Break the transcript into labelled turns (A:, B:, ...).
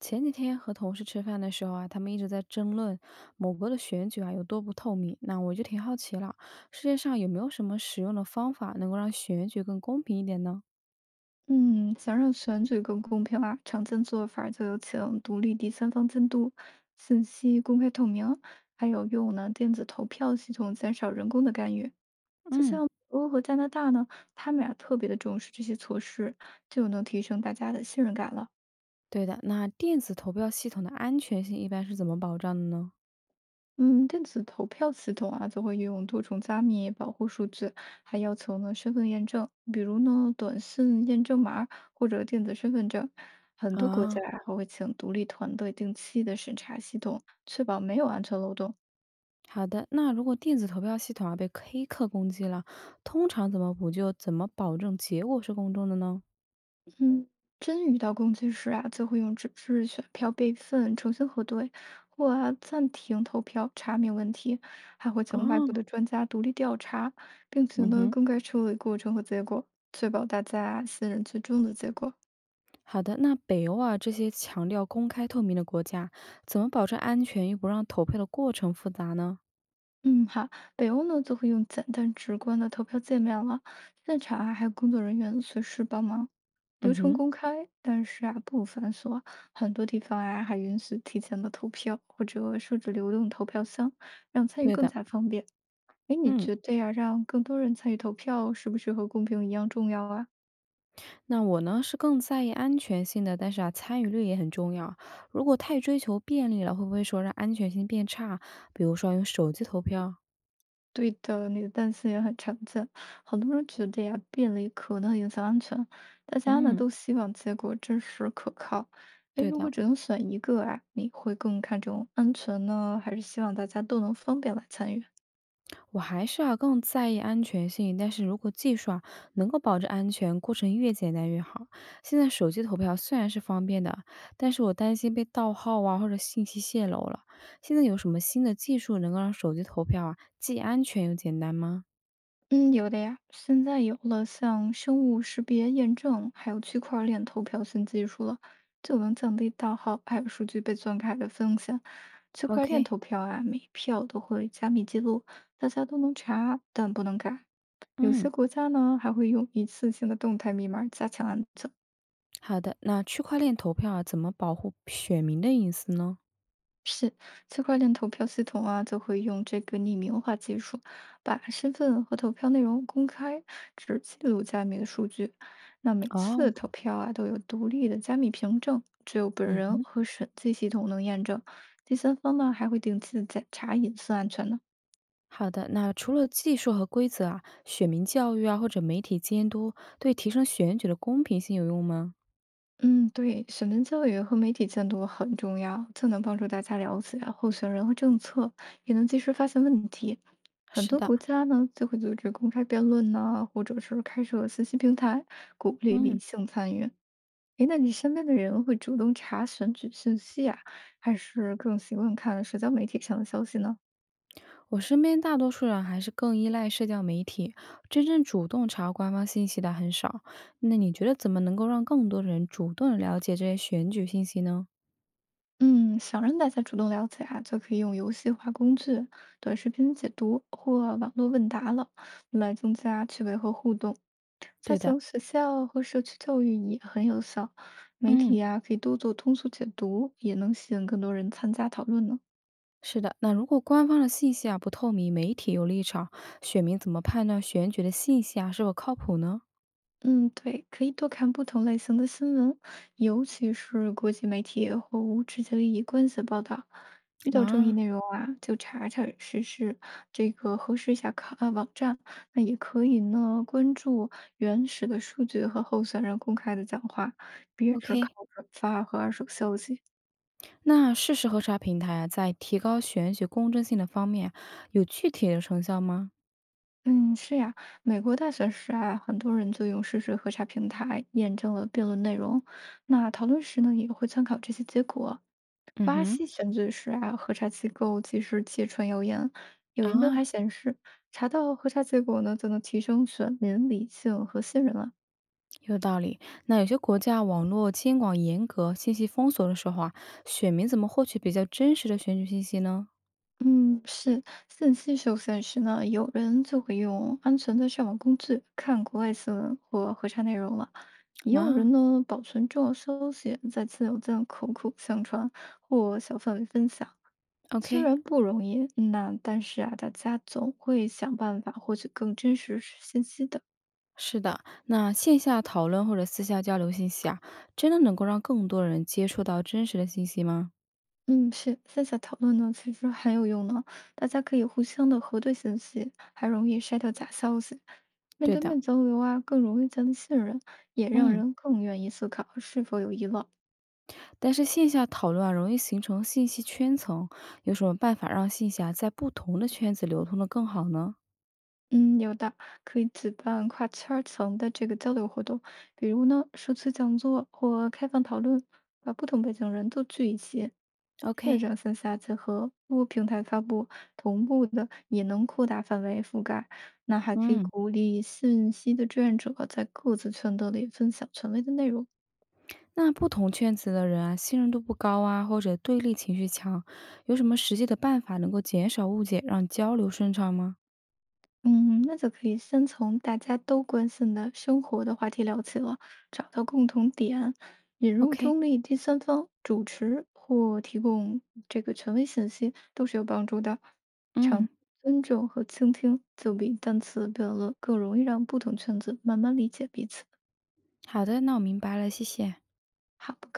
A: 前几天和同事吃饭的时候啊，他们一直在争论某国的选举啊有多不透明。那我就挺好奇了，世界上有没有什么使用的方法能够让选举更公平一点呢？
B: 嗯，想让选举更公平啊，常见做法儿就有请独立第三方监督、信息公开透明，还有用呢电子投票系统减少人工的干预。就
A: 嗯，
B: 像美国和加拿大呢，他们俩特别的重视这些措施，就能提升大家的信任感了。
A: 对的，那电子投票系统的安全性一般是怎么保障的呢？
B: 嗯，电子投票系统啊，则会运用多重加密保护数据，还要求呢身份验证，比如呢短信验证码儿或者电子身份证。很多国家
A: 啊，
B: 啊还会请独立团队定期的审查系统，确保没有安全漏洞。
A: 好的，那如果电子投票系统啊被黑客攻击了，通常怎么补救？怎么保证结果是公正的呢？
B: 嗯，真遇到攻击时啊，就会用纸质选票备份，重新核对，或啊暂停投票查明问题，还会请外部
A: 哦，
B: 的专家独立调查，并且
A: 嗯
B: 呢
A: 哼。
B: 公开处理过程和结果，确保大家信任最终的结果。
A: 好的，那北欧啊这些强调公开透明的国家，怎么保证安全又不让投票的过程复杂呢？
B: 嗯，好，北欧呢就会用简单直观的投票界面了，现场啊还有工作人员随时帮忙，流
A: 嗯
B: 程
A: 哼，
B: 公开，但是啊不繁琐，很多地方啊还允许提前的投票或者设置流动投票箱，让参与
A: 对
B: 更
A: 的，
B: 加方便。哎，你
A: 嗯，
B: 觉得呀，让更多人参与投票是不是和公平一样重要啊？
A: 那我呢是更在意安全性的，但是啊参与率也很重要。如果太追求便利了，会不会说让安全性变差？比如说用手机投票？
B: 对的，你的担心也很常见。很多人觉得呀，便利可能影响安全，大家呢
A: 嗯，
B: 都希望结果真实可靠。哎，
A: 对
B: 如果
A: 的。
B: 只能选一个啊，你会更看重安全呢，还是希望大家都能方便来参与？
A: 我还是啊更在意安全性，但是如果技术啊能够保证安全，过程越简单越好。现在手机投票虽然是方便的，但是我担心被盗号啊或者信息泄露了。现在有什么新的技术能够让手机投票啊既安全又简单吗
B: 嗯，有的呀，现在有了像生物识别验证，还有区块链投票新技术了，就能降低盗号还有数据被篡改的风险。区块链投
A: ？OK，
B: 票啊，每票都会加密记录，大家都能查，但不能改。有
A: 嗯，
B: 些国家呢，还会用一次性的动态密码加强安全。
A: 好的。那区块链投票啊怎么保护选民的隐私呢？
B: 是，区块链投票系统啊，就会用这个匿名化技术，把身份和投票内容公开，只记录加密的数据。那每
A: 哦，
B: 次投票啊，都有独立的加密凭证，只有本人
A: 嗯，
B: 和审计系统能验证。第三方呢，还会定期的检查隐私安全呢。
A: 好的。那除了技术和规则啊，选民教育啊或者媒体监督对提升选举的公平性有用吗？
B: 嗯，对，选民教育和媒体监督很重要，这能帮助大家了解候选人和政策，也能及时发现问题。很
A: 是
B: 多
A: 的，
B: 国家呢，就会组织公开辩论呐、或者是开设信息平台，鼓励理
A: 嗯，
B: 性参与。诶，那你身边的人会主动查选举信息啊，还是更习惯看社交媒体上的消息呢？
A: 我身边大多数人还是更依赖社交媒体，真正主动查官方信息的很少。那你觉得怎么能够让更多人主动地了解这些选举信息呢？
B: 嗯，想让大家主动了解啊，就可以用游戏化工具、短视频解读或网络问答了，来增加趣味和互动。加
A: 对的，
B: 强学校和社区教育也很有效，媒体
A: 嗯，
B: 呀、可以多做通俗解读，也能吸引更多人参加讨论呢。
A: 是的。那如果官方的信息啊不透明，媒体有立场，选民怎么判断选举的信息啊是否靠谱呢？
B: 嗯，对，可以多看不同类型的新闻，尤其是国际媒体或无直接利益关系的报道。遇到争议
A: 啊
B: 内容啊，就查查试事，这个核实一下看啊网站。那也可以呢，关注原始的数据和候选人公开的讲话，别只靠
A: OK，
B: 转发和二手消息。
A: 那事实核查平台啊，在提高选举公正性的方面啊，有具体的成效吗？
B: 嗯，是呀，美国大选时啊，很多人就用事实核查平台验证了辩论内容。那讨论时呢，也会参考这些结果。
A: 嗯
B: 巴
A: 哼。
B: 西选举时啊，核查机构及时揭穿谣言。有研究还
A: 啊，
B: 显示，查到核查结果呢，就能提升选民理性和信任了。
A: 有道理。那有些国家网络监管严格、信息封锁的时候啊，选民怎么获取比较真实的选举信息呢？
B: 嗯，是信息受限时呢，有人就会用安全的上网工具看国外新闻或核查内容了，也有人
A: 啊
B: 呢保存重要消息在亲友间口口相传或小范围分享。虽
A: ，OK，
B: 然不容易，那但是啊，大家总会想办法获取更真实信息的。
A: 是的。那线下讨论或者私下交流信息啊，真的能够让更多人接触到真实的信息吗？
B: 嗯，是，线下讨论呢，其实很有用呢。大家可以互相的核对信息，还容易筛掉假消息。面
A: 对
B: 对
A: 的，
B: 面交流啊，更容易建立信任，也让
A: 嗯，
B: 人更愿意思考是否有遗漏。
A: 但是线下讨论啊，容易形成信息圈层，有什么办法让信息啊在不同的圈子流通的更好呢
B: 嗯，有的，可以举办跨圈层的这个交流活动，比如呢，社区讲座或开放讨论，把不同背景人都聚一起，线
A: ？OK，
B: 上线下结合，多平台发布，同步的也能扩大范围覆盖。那还可以
A: 嗯。
B: 鼓励信息的志愿者在各自圈子里分享权威的内容，
A: 那不同圈子的人啊，信任度不高啊，或者对立情绪强，有什么实际的办法能够减少误解，让交流顺畅吗
B: 嗯，那就可以先从大家都关心的生活的话题聊起了，找到共同点，引入
A: ？OK，
B: 中立第三方主持或提供这个权威信息都是有帮助的。
A: 嗯，
B: 常尊重和倾听，就比单词辩论更容易让不同圈子慢慢理解彼此。
A: 好的，那我明白了，谢谢。
B: 好，不客气。